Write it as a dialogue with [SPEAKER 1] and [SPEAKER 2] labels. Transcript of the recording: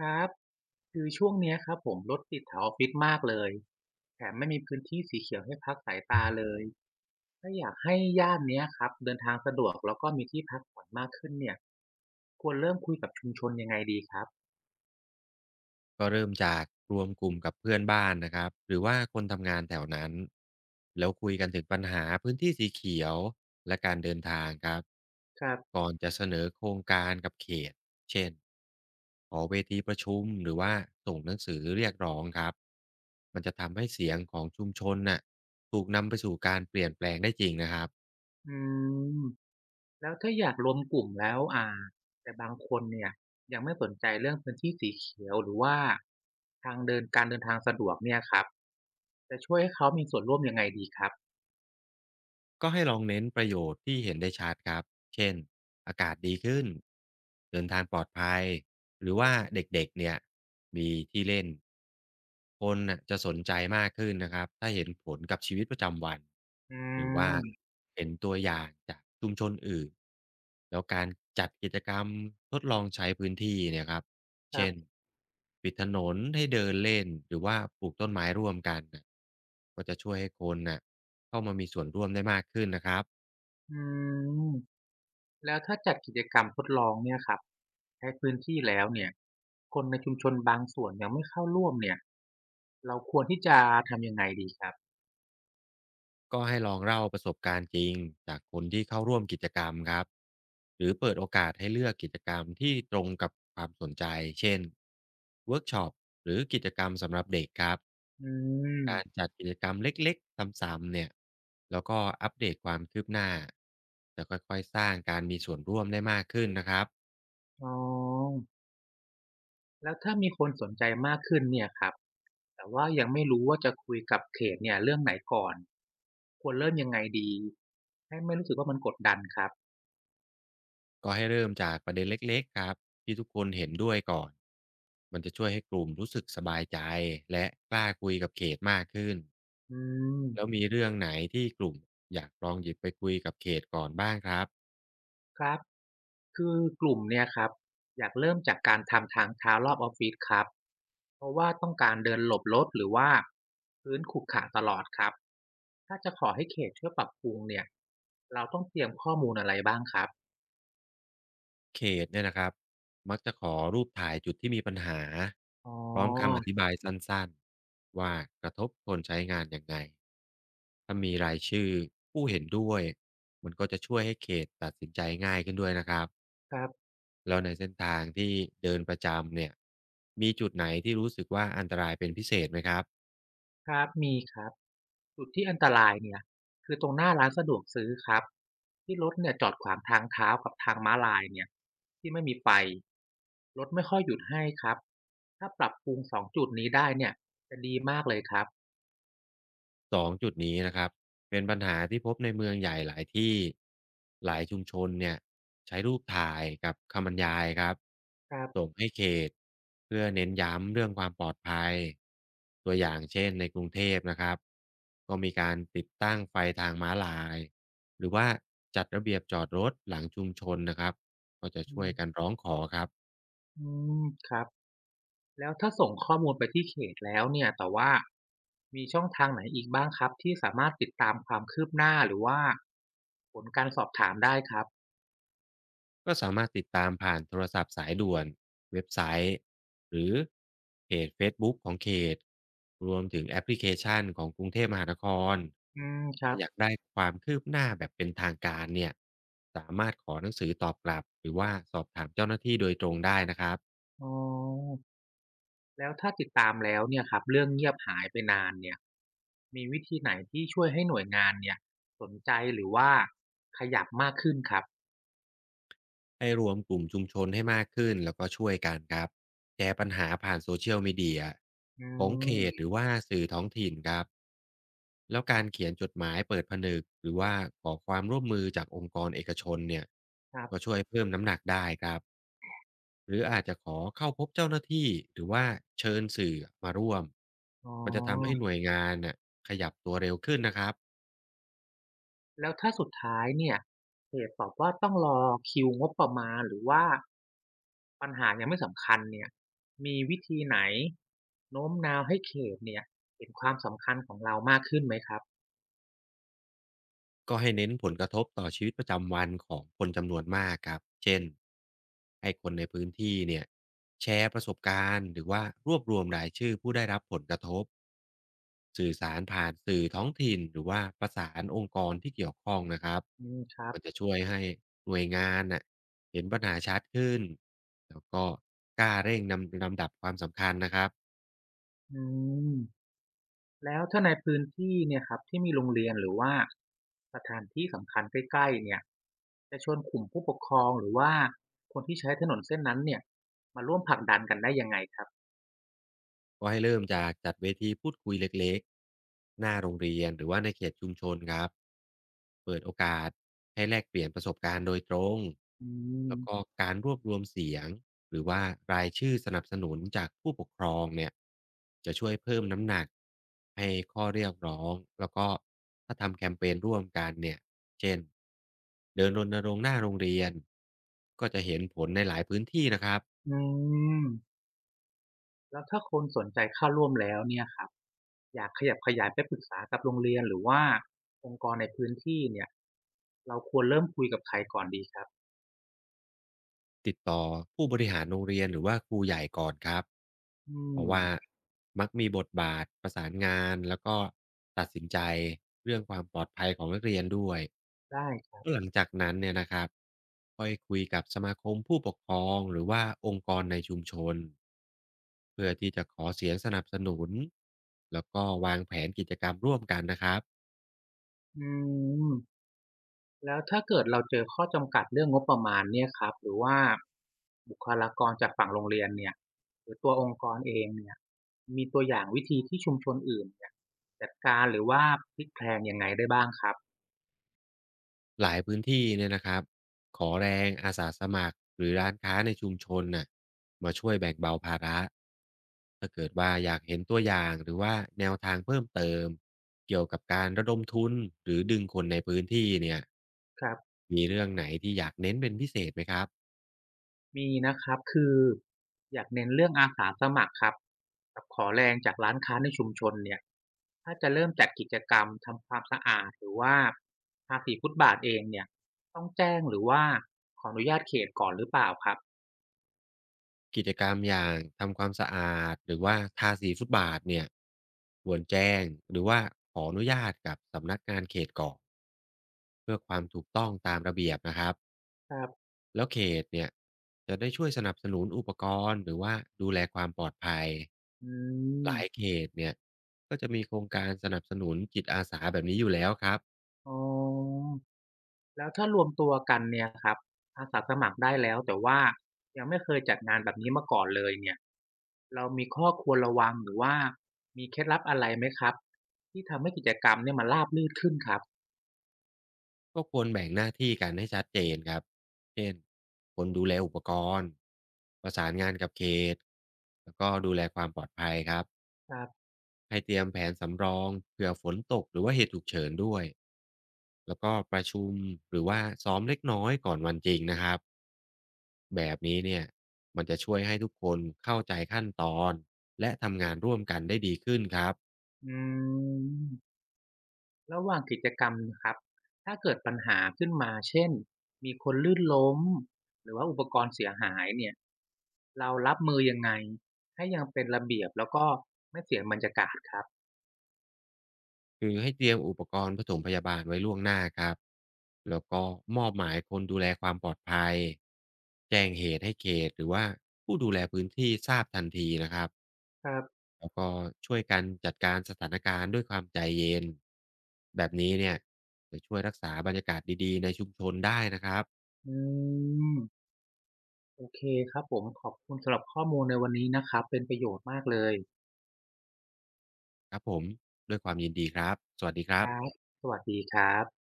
[SPEAKER 1] ครับคือช่วงเนี้ยครับผมรถติดแถวออฟฟิศมากเลยแถมไม่มีพื้นที่สีเขียวให้พักสายตาเลยถ้าอยากให้ย่านเนี้ยครับเดินทางสะดวกแล้วก็มีที่พักผ่อนมากขึ้นเนี่ยควรเริ่มคุยกับชุมชนยังไงดีครับ
[SPEAKER 2] ก็เริ่มจากรวมกลุ่มกับเพื่อนบ้านนะครับหรือว่าคนทำงานแถวนั้นแล้วคุยกันถึงปัญหาพื้นที่สีเขียวและการเดินทางครับ
[SPEAKER 1] ครับ
[SPEAKER 2] ก่อนจะเสนอโครงการกับเขตเช่นขอเวทีประชุมหรือว่าส่งหนังสือเรียกร้องครับมันจะทำให้เสียงของชุมชนน่ะถูกนำไปสู่การเปลี่ยนแปลงได้จริงนะครับ
[SPEAKER 1] อืมแล้วถ้าอยากรวมกลุ่มแล้วแต่บางคนเนี่ยยังไม่สนใจเรื่องพื้นที่สีเขียวหรือว่าทางเดินการเดินทางสะดวกเนี่ยครับจะช่วยให้เขามีส่วนร่วมยังไงดีครับ
[SPEAKER 2] ก็ให้ลองเน้นประโยชน์ที่เห็นได้ชัดครับ เช่น อากาศดีขึ้น เดินทางปลอดภัยหรือว่าเด็กๆเนี่ยมีที่เล่นคนน่ะจะสนใจมากขึ้นนะครับถ้าเห็นผลกับชีวิตประจำวัน
[SPEAKER 1] อื
[SPEAKER 2] หรือว่า
[SPEAKER 1] ม
[SPEAKER 2] เห็นตัวอย่างจากชุมชนอื่น แล้วการจัดกิจกรรมทดลองใช้พื้นที่เนี่ยครับ
[SPEAKER 1] ครั
[SPEAKER 2] เช่น
[SPEAKER 1] บ
[SPEAKER 2] ปิดถนนให้เดินเล่นหรือว่าปลูกต้นไม้ร่วมกันน่ะก็จะช่วยให้คนน่ะเข้ามามีส่วนร่วมได้มากขึ้นนะครับ
[SPEAKER 1] อืม แล้วถ้าจัดกิจกรรมทดลองเนี่ยครับใช้พื้นที่แล้วเนี่ยคนในชุมชนบางส่วนยังไม่เข้าร่วมเนี่ยเราควรที่จะทำยังไงดีครับ
[SPEAKER 2] ก็ให้ลองเล่าประสบการณ์จริงจากคนที่เข้าร่วมกิจกรรมครับหรือเปิดโอกาสให้เลือกกิจกรรมที่ตรงกับความสนใจเช่นเวิร์กช็อปหรือกิจกรรมสำหรับเด็กครับ
[SPEAKER 1] อืม
[SPEAKER 2] การจัดกิจกรรมเล็กๆซ้ำๆเนี่ยแล้วก็อัปเดตความคืบหน้าจะค่อยๆสร้างการมีส่วนร่วมได้มากขึ้นนะครับ
[SPEAKER 1] อ๋อแล้วถ้ามีคนสนใจมากขึ้นเนี่ยครับแต่ว่ายังไม่รู้ว่าจะคุยกับเขตเนี่ยเรื่องไหนก่อนควรเริ่มยังไงดีให้ไม่รู้สึกว่ามันกดดันครับ
[SPEAKER 2] ก็ให้เริ่มจากประเด็นเล็กๆครับที่ทุกคนเห็นด้วยก่อนมันจะช่วยให้กลุ่มรู้สึกสบายใจและกล้าคุยกับเขตมากขึ้น
[SPEAKER 1] อืม
[SPEAKER 2] แล้วมีเรื่องไหนที่กลุ่มอยากลองหยิบไปคุยกับเขตก่อนบ้างครับ
[SPEAKER 1] ครับ คือกลุ่มเนี่ยครับอยากเริ่มจากการทำทางเท้ารอบออฟฟิศครับเพราะว่าต้องการเดินหลบรถหรือว่าพื้นขรุขระตลอดครับถ้าจะขอให้เขตช่วยปรับปรุงเนี่ยเราต้องเตรียมข้อมูลอะไรบ้างครับ
[SPEAKER 2] เขตเนี่ยนะครับมักจะขอรูปถ่ายจุดที่มีปัญหา
[SPEAKER 1] อ๋อ
[SPEAKER 2] พร้อมคำอธิบายสั้นๆว่ากระทบคนใช้งานยังไงถ้ามีรายชื่อผู้เห็นด้วยมันก็จะช่วยให้เขตตัดสินใจง่ายขึ้นด้วยนะครับ
[SPEAKER 1] ครับ
[SPEAKER 2] แล้วในเส้นทางที่เดินประจำเนี่ยมีจุดไหนที่รู้สึกว่าอันตรายเป็นพิเศษไหมครับ
[SPEAKER 1] ครับมีครับจุดที่อันตรายเนี่ยคือตรงหน้าร้านสะดวกซื้อครับที่รถเนี่ยจอดขวางทางเท้ากับทางม้าลายเนี่ยที่ไม่มีไฟรถไม่ค่อยหยุดให้ครับถ้าปรับปรุงสองจุดนี้ได้เนี่ยจะดีมากเลยครับ
[SPEAKER 2] 2จุดนี้นะครับเป็นปัญหาที่พบในเมืองใหญ่หลายที่หลายชุมชนเนี่ยใช้รูปถ่ายกับคำบรรยายครับ
[SPEAKER 1] ครับ
[SPEAKER 2] ส่งให้เขตเพื่อเน้นย้ำเรื่องความปลอดภัยตัวอย่างเช่นในกรุงเทพนะครับก็มีการติดตั้งไฟทางม้าลายหรือว่าจัดระเบียบจอดรถหลังชุมชนนะครับก็จะ
[SPEAKER 1] อื
[SPEAKER 2] ช่วย
[SPEAKER 1] ม
[SPEAKER 2] กันร้องขอครับ
[SPEAKER 1] อืมครับแล้วถ้าส่งข้อมูลไปที่เขตแล้วเนี่ยแต่ว่ามีช่องทางไหนอีกบ้างครับที่สามารถติดตามความคืบหน้าหรือว่าผลการสอบถามได้ครับ
[SPEAKER 2] ก็สามารถติดตามผ่านโทรศัพท์สายด่วนเว็บไซต์หรือเพจเฟซบุ๊กของเขตรวมถึงแอปพลิเคชันของกรุงเทพมหานคร
[SPEAKER 1] อืมครั
[SPEAKER 2] ถ้า
[SPEAKER 1] บ
[SPEAKER 2] อยากได้ความคืบหน้าแบบเป็นทางการเนี่ยสามารถขอหนังสือตอบกลับหรือว่าสอบถามเจ้าหน้าที่โดยตรงได้นะครับ
[SPEAKER 1] อ๋อ แล้วถ้าติดตามแล้วเนี่ยครับเรื่องเงียบหายไปนานเนี่ยมีวิธีไหนที่ช่วยให้หน่วยงานเนี่ยสนใจหรือว่าขยับมากขึ้นครับ
[SPEAKER 2] ให้รวมกลุ่มชุมชนให้มากขึ้นแล้วก็ช่วยกันครับแชร์ปัญหาผ่าน Social Media
[SPEAKER 1] อื
[SPEAKER 2] ของเขต
[SPEAKER 1] ม
[SPEAKER 2] หรือว่าสื่อท้องถิ่นครับแล้วการเขียนจดหมายเปิดผนึกหรือว่าขอความร่วมมือจากองค์กรเอกชนเนี่ย
[SPEAKER 1] ครั
[SPEAKER 2] ก็
[SPEAKER 1] บ
[SPEAKER 2] ช่วยเพิ่มน้ำหนักได้ครับหรืออาจจะขอเข้าพบเจ้าหน้าที่หรือว่าเชิญสื่อมาร่วม
[SPEAKER 1] อ๋อ
[SPEAKER 2] มันจะทำให้หน่วยงานน่ะขยับตัวเร็วขึ้นนะครับ
[SPEAKER 1] แล้วถ้าสุดท้ายเนี่ยเพจบอกว่าต้องรอคิวงบประมาณหรือว่าปัญหายังไม่สำคัญเนี่ยมีวิธีไหนโน้มน้าวให้เขตเนี่ยเห็นความสำคัญของเรามากขึ้นไหมครับ
[SPEAKER 2] ก็ให้เน้นผลกระทบต่อชีวิตประจำวันของคนจำนวนมากครับเช่นให้คนในพื้นที่เนี่ยแชร์ประสบการณ์หรือว่ารวบรวมรายชื่อผู้ได้รับผลกระทบสื่อสารผ่านสื่อท้องถิ่นหรือว่าประสานองค์กรที่เกี่ยวข้องนะครับ
[SPEAKER 1] อืมครับ
[SPEAKER 2] มันจะช่วยให้หน่วยงานน่ะเห็นปัญหาชัดขึ้นแล้วก็กล้าเร่งนำลำดับความสำคัญนะครับ
[SPEAKER 1] อืม แล้วถ้าในพื้นที่เนี่ยครับที่มีโรงเรียนหรือว่าสถานที่สำคัญใกล้ๆเนี่ยจะชวนกลุ่มผู้ปกครองหรือว่าคนที่ใช้ถนนเส้นนั้นเนี่ยมาร่วมผลักดันกันได้ยังไงครับ
[SPEAKER 2] ก็ให้เริ่มจากจัดเวทีพูดคุยเล็กๆหน้าโรงเรียนหรือว่าในเขตชุมชนครับเปิดโอกาสให้แลกเปลี่ยนประสบการณ์โดยตรง
[SPEAKER 1] อื
[SPEAKER 2] แล้วก็
[SPEAKER 1] ม
[SPEAKER 2] การรวบรวมเสียงหรือว่ารายชื่อสนับสนุนจากผู้ปกครองเนี่ยจะช่วยเพิ่มน้ำหนักให้ข้อเรียกร้องแล้วก็ถ้าทำแคมเปญร่วมกันเนี่ยเช่นเดินรณรงค์หน้าโรงเรียนก็จะเห็นผลในหลายพื้นที่นะครับ
[SPEAKER 1] อืมแล้วถ้าคนสนใจเข้าร่วมแล้วเนี่ยครับอยากขยับขยายไปปรึกษากับโรงเรียนหรือว่าองค์กรในพื้นที่เนี่ยเราควรเริ่มคุยกับใครก่อนดีครับ
[SPEAKER 2] ติดต่อผู้บริหารโรงเรียนหรือว่าครูใหญ่ก่อนครับ
[SPEAKER 1] อื
[SPEAKER 2] เพราะว่า
[SPEAKER 1] ม
[SPEAKER 2] มักมีบทบาทประสานงานแล้วก็ตัดสินใจเรื่องความปลอดภัยของนักเรียนด้วย
[SPEAKER 1] ได้ครับ
[SPEAKER 2] หลังจากนั้นเนี่ยนะครับค่อยคุยกับสมาคมผู้ปกครองหรือว่าองค์กรในชุมชนเพื่อที่จะขอเสียงสนับสนุนแล้วก็วางแผนกิจกรรมร่วมกันนะครับ
[SPEAKER 1] อืม แล้วถ้าเกิดเราเจอข้อจำกัดเรื่องงบประมาณเนี่ยครับหรือว่าบุคลากรจากฝั่งโรงเรียนเนี่ยหรือตัวองค์กรเองเนี่ยมีตัวอย่างวิธีที่ชุมชนอื่นเนี่ยจัดการหรือว่าพลิกแพลงยังไงได้บ้างครับ
[SPEAKER 2] หลายพื้นที่เนี่ยนะครับขอแรงอาสาสมัครหรือร้านค้าในชุมชนน่ะมาช่วยแบ่งเบาภาระถ้าเกิดว่าอยากเห็นตัวอย่างหรือว่าแนวทางเพิ่มเติมเกี่ยวกับการระดมทุนหรือดึงคนในพื้นที่เนี่ย
[SPEAKER 1] ครับ
[SPEAKER 2] มีเรื่องไหนที่อยากเน้นเป็นพิเศษไหมครับ
[SPEAKER 1] มีนะครับคืออยากเน้นเรื่องอาสาสมัครครับกับขอแรงจากร้านค้าในชุมชนเนี่ยถ้าจะเริ่มจัดกิจกรรมทำความสะอาดหรือว่าทาสีฟุตบาทเองเนี่ยต้องแจ้งหรือว่าขออนุญาตเขตก่อนหรือเปล่าครับ
[SPEAKER 2] กิจกรรมอย่างทำความสะอาดหรือว่าทาสีฟุตบาทเนี่ยควรแจ้งหรือว่าขออนุญาตกับสำนักงานเขตก่อนเพื่อความถูกต้องตามระเบียบนะครับ
[SPEAKER 1] ครับ
[SPEAKER 2] แล้วเขตเนี่ยจะได้ช่วยสนับสนุนอุปกรณ์หรือว่าดูแลความปลอดภัย
[SPEAKER 1] อื
[SPEAKER 2] หลาย
[SPEAKER 1] ม
[SPEAKER 2] เขตเนี่ยก็จะมีโครงการสนับสนุนจิตอาสาแบบนี้อยู่แล้วครับ
[SPEAKER 1] อ๋อแล้วถ้ารวมตัวกันเนี่ยครับอาสาสมัครได้แล้วแต่ว่ายังไม่เคยจัดงานแบบนี้มาก่อนเลยเนี่ยเรามีข้อควรระวังหรือว่ามีเคล็ดลับอะไรไหมครับที่ทำให้กิจกรรมเนี่ยมันราบรื่นขึ้นครับ
[SPEAKER 2] ก็ควรแบ่งหน้าที่กันให้ชัดเจนครับเช่นคนดูแลอุปกรณ์ประสานงานกับเขตแล้วก็ดูแลความปลอดภัยครับ
[SPEAKER 1] ครับ
[SPEAKER 2] ให้เตรียมแผนสำรองเผื่อฝนตกหรือว่าเหตุฉุกเฉินด้วย แล้วก็ประชุมหรือว่าซ้อมเล็กน้อยก่อนวันจริงนะครับแบบนี้เนี่ยมันจะช่วยให้ทุกคนเข้าใจขั้นตอนและทำงานร่วมกันได้ดีขึ้นครับ
[SPEAKER 1] อืมระหว่างกิจกรรมนะครับถ้าเกิดปัญหาขึ้นมาเช่นมีคนลื่นล้มหรือว่าอุปกรณ์เสียหายเนี่ยเรารับมือยังไงให้ยังเป็นระเบียบแล้วก็ไม่เสียบรรยากาศครับ
[SPEAKER 2] คือให้เตรียมอุปกรณ์ผสมพยาบาลไว้ล่วงหน้าครับแล้วก็มอบหมายคนดูแลความปลอดภัยแจ้งเหตุให้เขตหรือว่าผู้ดูแลพื้นที่ทราบทันทีนะครับ
[SPEAKER 1] ครับ
[SPEAKER 2] แล้วก็ช่วยกันจัดการสถานการณ์ด้วยความใจเย็นแบบนี้เนี่ยจะช่วยรักษาบรรยากาศดีๆในชุมชนได้นะครับ
[SPEAKER 1] อืมโอเคครับผมขอบคุณสำหรับข้อมูลในวันนี้นะครับเป็นประโยชน์มากเลย
[SPEAKER 2] ครับผมด้วยความยินดีครับสวัสดีค
[SPEAKER 1] ค
[SPEAKER 2] รั
[SPEAKER 1] รับ
[SPEAKER 2] บ
[SPEAKER 1] สวัสดีครับ